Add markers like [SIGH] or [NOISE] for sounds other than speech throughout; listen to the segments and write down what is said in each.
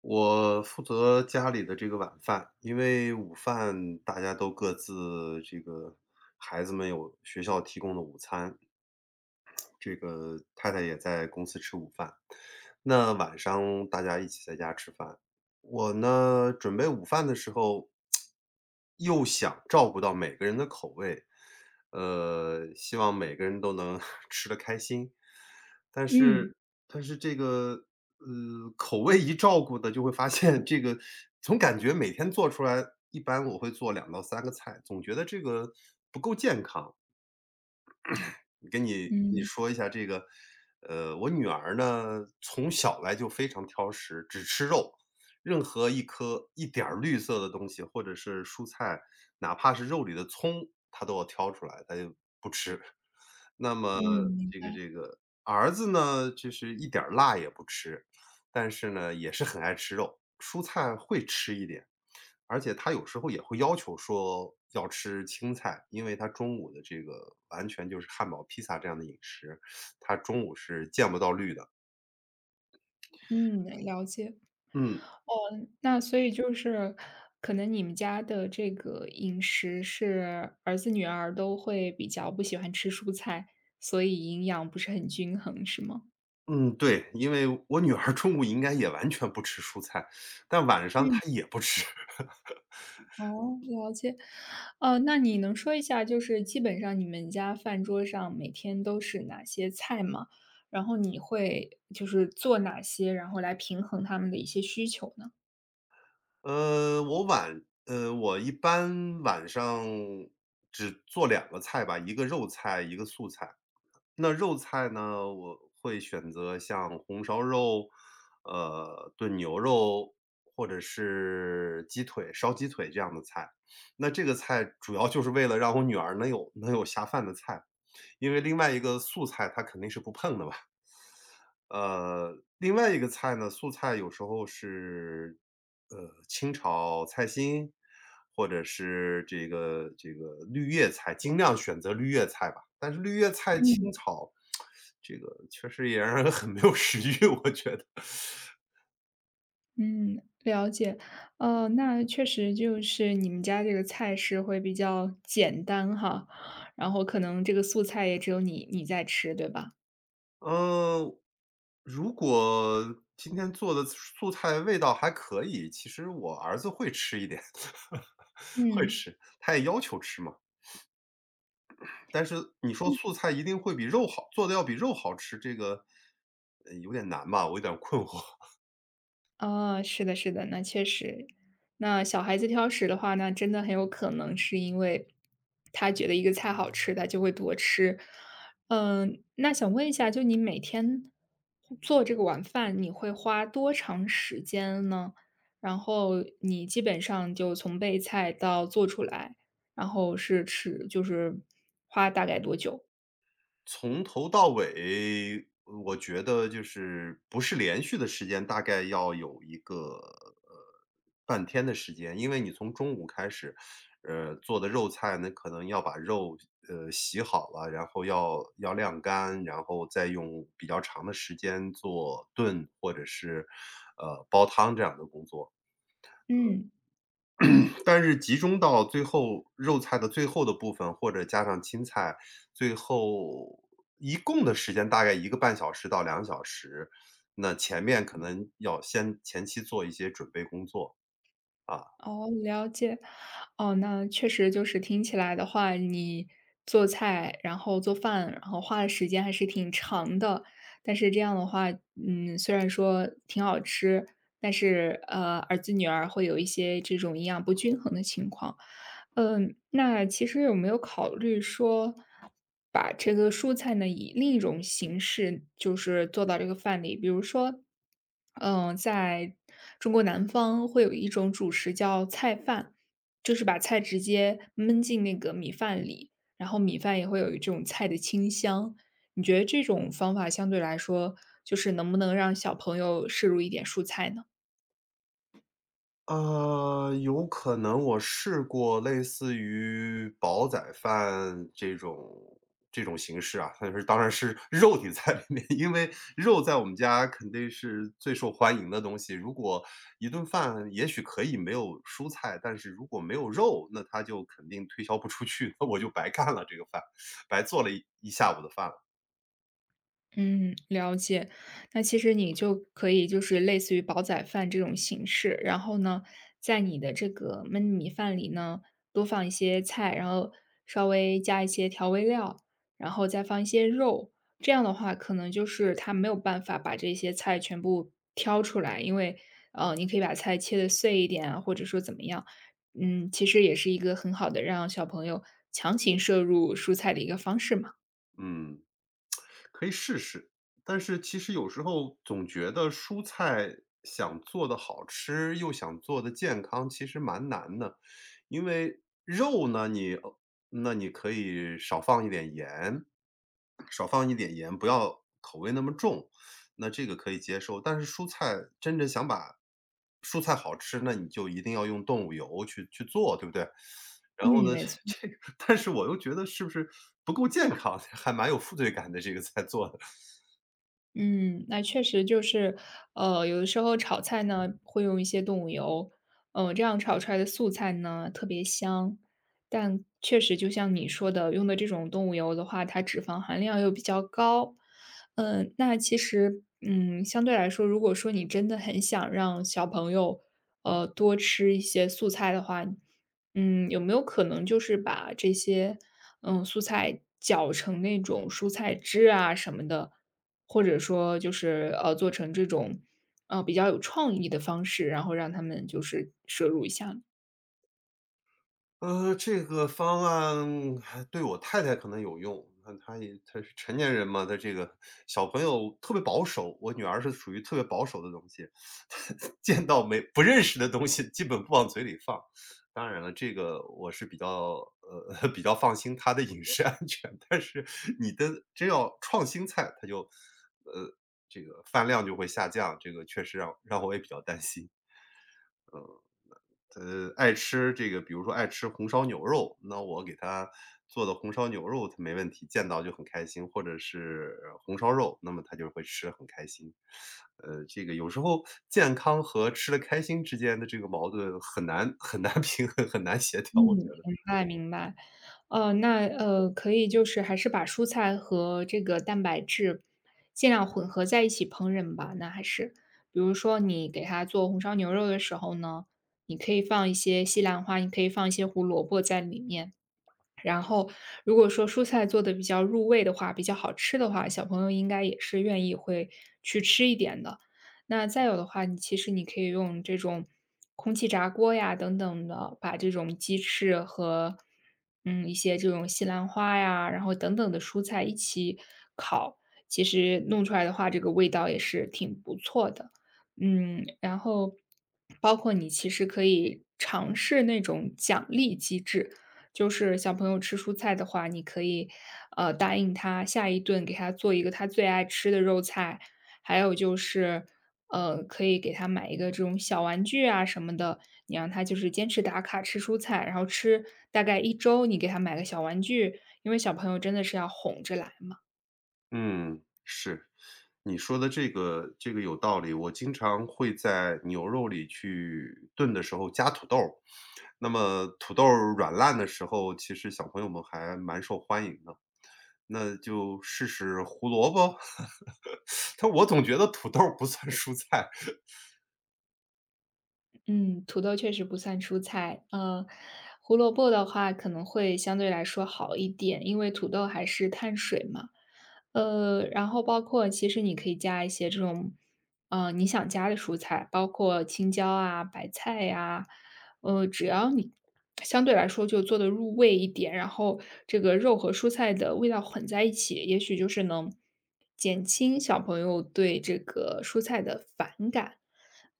我负责家里的这个晚饭，因为午饭大家都各自这个孩子们有学校提供的午餐，这个太太也在公司吃午饭。那晚上大家一起在家吃饭，我呢准备午饭的时候，又想照顾到每个人的口味，希望每个人都能 [LAUGHS] 吃得开心。但嗯嗯，是，但是这个,口味一照顾的，就会发现 [LAUGHS] 这个总感觉每天做出来，一般我会做两到三个菜，总觉得这个不够健康。跟你嗯，说一下这个，我女儿呢从小来就非常挑食，只吃肉，任何一点儿绿色的东西或者是蔬菜，哪怕是肉里的葱，她都要挑出来，她就不吃。那么嗯，这个儿子呢，就是一点儿辣也不吃，但是呢，也是很爱吃肉，蔬菜会吃一点，而且他有时候也会要求说要吃青菜，因为他中午的这个完全就是汉堡、披萨这样的饮食，他中午是见不到绿的。嗯，了解。嗯。嗯，那所以就是，可能你们家的这个饮食是儿子女儿都会比较不喜欢吃蔬菜，所以营养不是很均衡，是吗？嗯，对，因为我女儿中午应该也完全不吃蔬菜，但晚上嗯，她也不吃。哦，了解。哦，那你能说一下，就是基本上你们家饭桌上每天都是哪些菜吗？然后你会就是做哪些，然后来平衡他们的一些需求呢？我一般晚上只做两个菜吧，一个肉菜，一个素菜。那肉菜呢，我会选择像红烧肉，炖牛肉，或者是烧鸡腿这样的菜。那这个菜主要就是为了让我女儿能有下饭的菜，因为另外一个素菜她肯定是不碰的嘛。另外一个菜呢，素菜有时候是，呃，清炒菜心，或者是这个绿叶菜，尽量选择绿叶菜吧。但是绿叶菜清嗯。炒，这个确实也让人很没有食欲，我觉得。嗯，了解。那确实就是你们家这个菜式会比较简单哈，然后可能这个素菜也只有你在吃，对吧？呃，如果今天做的素菜味道还可以，其实我儿子会吃一点，[LAUGHS] 会嗯。吃，他也要求吃嘛。但是你说素菜一定会比肉好做的要比肉好吃，这个，有点难吧，我有点困惑。哦，是的，是的，那确实，那小孩子挑食的话那真的很有可能是因为他觉得一个菜好吃，他就会多吃。嗯，那想问一下，就你每天做这个晚饭，你会花多长时间呢？然后你基本上就从备菜到做出来，然后是吃，就是花大概多久？[LAUGHS] 从头到尾，我觉得就是不是连续的时间，大概要有一个，半天的时间。因为你从中午开始，做的肉菜呢，可能要把肉，洗好了，然后要晾干，然后再用比较长的时间做炖或者是，煲汤这样的工作。嗯。[CLEARS THROAT] 但是集中到最后肉菜的最后的部分，或者加上青菜，最后一共的时间大概一个半小时到两小时，那前面可能要先前期做一些准备工作，啊。哦，了解。哦，那确实就是听起来的话，你做菜，然后做饭，然后花的时间还是挺长的。但是这样的话，嗯，虽然说挺好吃，但是儿子女儿会有一些这种营养不均衡的情况。嗯，那其实有没有考虑说，把这个蔬菜呢以另一种形式，就是做到这个饭里？比如说，嗯，在中国南方会有一种主食叫菜饭，就是把菜直接焖进那个米饭里，然后米饭也会有这种菜的清香。你觉得这种方法相对来说，就是能不能让小朋友摄入一点蔬菜呢？有可能我试过类似于煲仔饭这种形式啊，但是当然是 [LAUGHS] 肉体在里面，因为肉在我们家肯定是最受欢迎的东西。如果一顿饭也许可以没有蔬菜，但是如果没有肉，那它就肯定推销不出去，那我就白干了这个饭，白做了一下午的饭了。嗯，了解。那其实你就可以就是类似于煲仔饭这种形式，然后呢，在你的这个焖米饭里呢，多放一些菜，然后稍微加一些调味料，然后再放一些肉。这样的话，可能就是它没有办法把这些菜全部挑出来，因为你可以把菜切的碎一点啊，或者说怎么样。嗯，其实也是一个很好的让小朋友强行摄入蔬菜的一个方式嘛。嗯，可以试试，但是其实有时候总觉得蔬菜想做的好吃，又想做的健康，其实蛮难的。因为肉呢，你,那你可以少放一点盐，少放一点盐，不要口味那么重，那这个可以接受。但是蔬菜真正想把蔬菜好吃，那你就一定要用动物油去做，对不对？然后嗯，呢，没错。这个但是我又觉得是不是不够健康，还蛮有负罪感的，这个菜做的。嗯，那确实就是，有的时候炒菜呢会用一些动物油，嗯，这样炒出来的素菜呢特别香。但确实就像你说的，用的这种动物油的话，它脂肪含量又比较高。嗯、那其实，嗯，相对来说，如果说你真的很想让小朋友，多吃一些素菜的话，嗯，有没有可能就是把这些，嗯，素菜搅成那种蔬菜汁啊什么的？或者说就是，做成这种，比较有创意的方式，然后让他们就是摄入一下呢这个方案还对我太太可能有用，那她是成年人嘛，她这个小朋友特别保守，我女儿是属于特别保守的东西，[LAUGHS] 见到没不认识的东西基本不往嘴里放。当然了，这个我是比较[LAUGHS] 比较放心她的饮食安全，但是你的真要创新菜，她就呃这个饭量就会下降，这个确实让我也比较担心。爱吃这个比如说爱吃红烧牛肉，那我给他做的红烧牛肉他没问题，见到就很开心，或者是红烧肉，那么他就会吃得很开心。这个有时候健康和吃的开心之间的这个矛盾很难 [LAUGHS] 平衡，很难协调，嗯。嗯我觉得。明白明白。可以就是还是把蔬菜和这个蛋白质尽量混合在一起烹饪吧，那还是。比如说你给他做红烧牛肉的时候呢，你可以放一些西兰花，你可以放一些胡萝卜在里面。然后如果说蔬菜做的比较入味的话，比较好吃的话，小朋友应该也是愿意会去吃一点的。那再有的话，你其实你可以用这种空气炸锅呀等等的，把这种鸡翅和嗯一些这种西兰花呀，然后等等的蔬菜一起烤，其实弄出来的话，这个味道也是挺不错的。嗯，然后包括你其实可以尝试那种奖励机制，就是小朋友吃蔬菜的话，你可以，答应他下一顿给他做一个他最爱吃的肉菜，还有就是，可以给他买一个这种小玩具啊什么的，你让他就是坚持打卡吃蔬菜，然后吃大概一周，你给他买个小玩具，因为小朋友真的是要哄着来嘛。嗯，是，你说的这个有道理，我经常会在牛肉里去炖的时候加土豆儿。那么土豆儿软烂的时候，其实小朋友们还蛮受欢迎的，那就试试胡萝卜。[LAUGHS] 但我总觉得土豆儿不算蔬菜。嗯，土豆确实不算蔬菜。胡萝卜的话可能会相对来说好一点，因为土豆还是碳水嘛。然后包括其实你可以加一些这种，嗯，你想加的蔬菜，包括青椒啊、白菜呀、只要你相对来说就做的入味一点，然后这个肉和蔬菜的味道混在一起，也许就是能减轻小朋友对这个蔬菜的反感。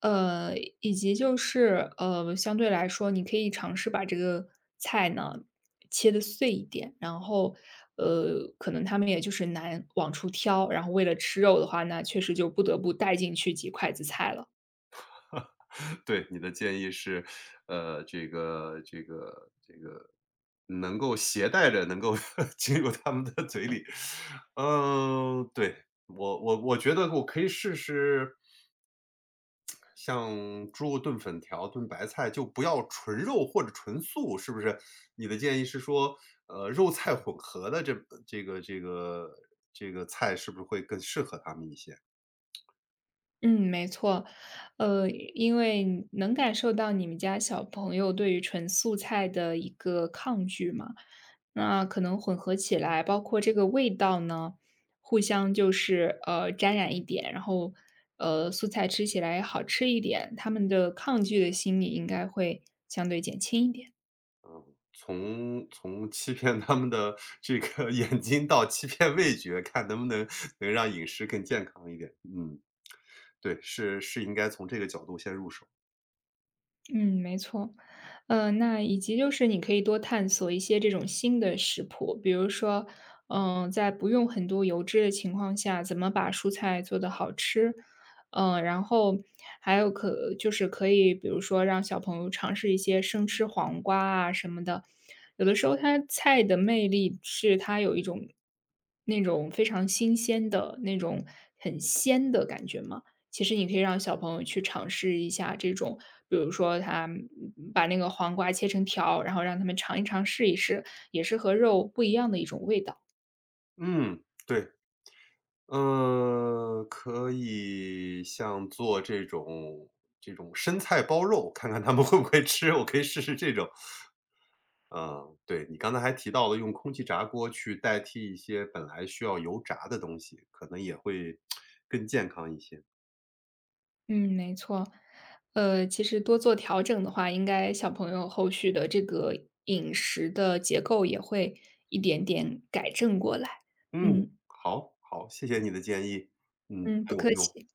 呃，以及就是，相对来说，你可以尝试把这个菜呢切的碎一点，然后，可能他们也就是难往出挑，然后为了吃肉的话，那确实就不得不带进去几筷子菜了。[LAUGHS] 对，你的建议是，这个能够携带着，能够 [LAUGHS] 进入他们的嘴里。嗯，对，我觉得我可以试试，像猪肉炖粉条、炖白菜，就不要纯肉或者纯素，是不是？你的建议是说，肉菜混合的这个这个这个菜，是不是会更适合他们一些？嗯，没错，因为你能感受到你们家小朋友对于纯素菜的一个抗拒嘛，那可能混合起来，包括这个味道呢，互相就是沾染一点，然后素菜吃起来好吃一点，他们的抗拒的心理应该会相对减轻一点。从欺骗他们的这个 [LAUGHS] 眼睛到欺骗味觉，看能不能让饮食更健康一点。嗯，对，是应该从这个角度先入手。嗯，没错。那以及就是你可以多探索一些这种新的食谱，比如说，嗯、在不用很多油脂的情况下，怎么把蔬菜做得好吃？嗯、然后还有可就是可以，比如说让小朋友尝试一些生吃黄瓜啊什么的。有的时候，它菜的魅力是它有一种那种非常新鲜的那种很鲜的感觉嘛。其实你可以让小朋友去尝试一下这种，比如说他嗯把那个黄瓜切成条，然后让他们尝一尝、试一试，也是和肉不一样的一种味道。嗯，对，嗯，可以像做这种生菜包肉，看看他们会不会吃，我可以试试这种。嗯，对，你刚才还提到了用空气炸锅去代替一些本来需要油炸的东西，可能也会更健康一些。嗯，没错。其实多做调整的话，应该小朋友后续的这个饮食的结构也会一点点改正过来。嗯，嗯好，好，谢谢你的建议，嗯，嗯，不很有客用。气。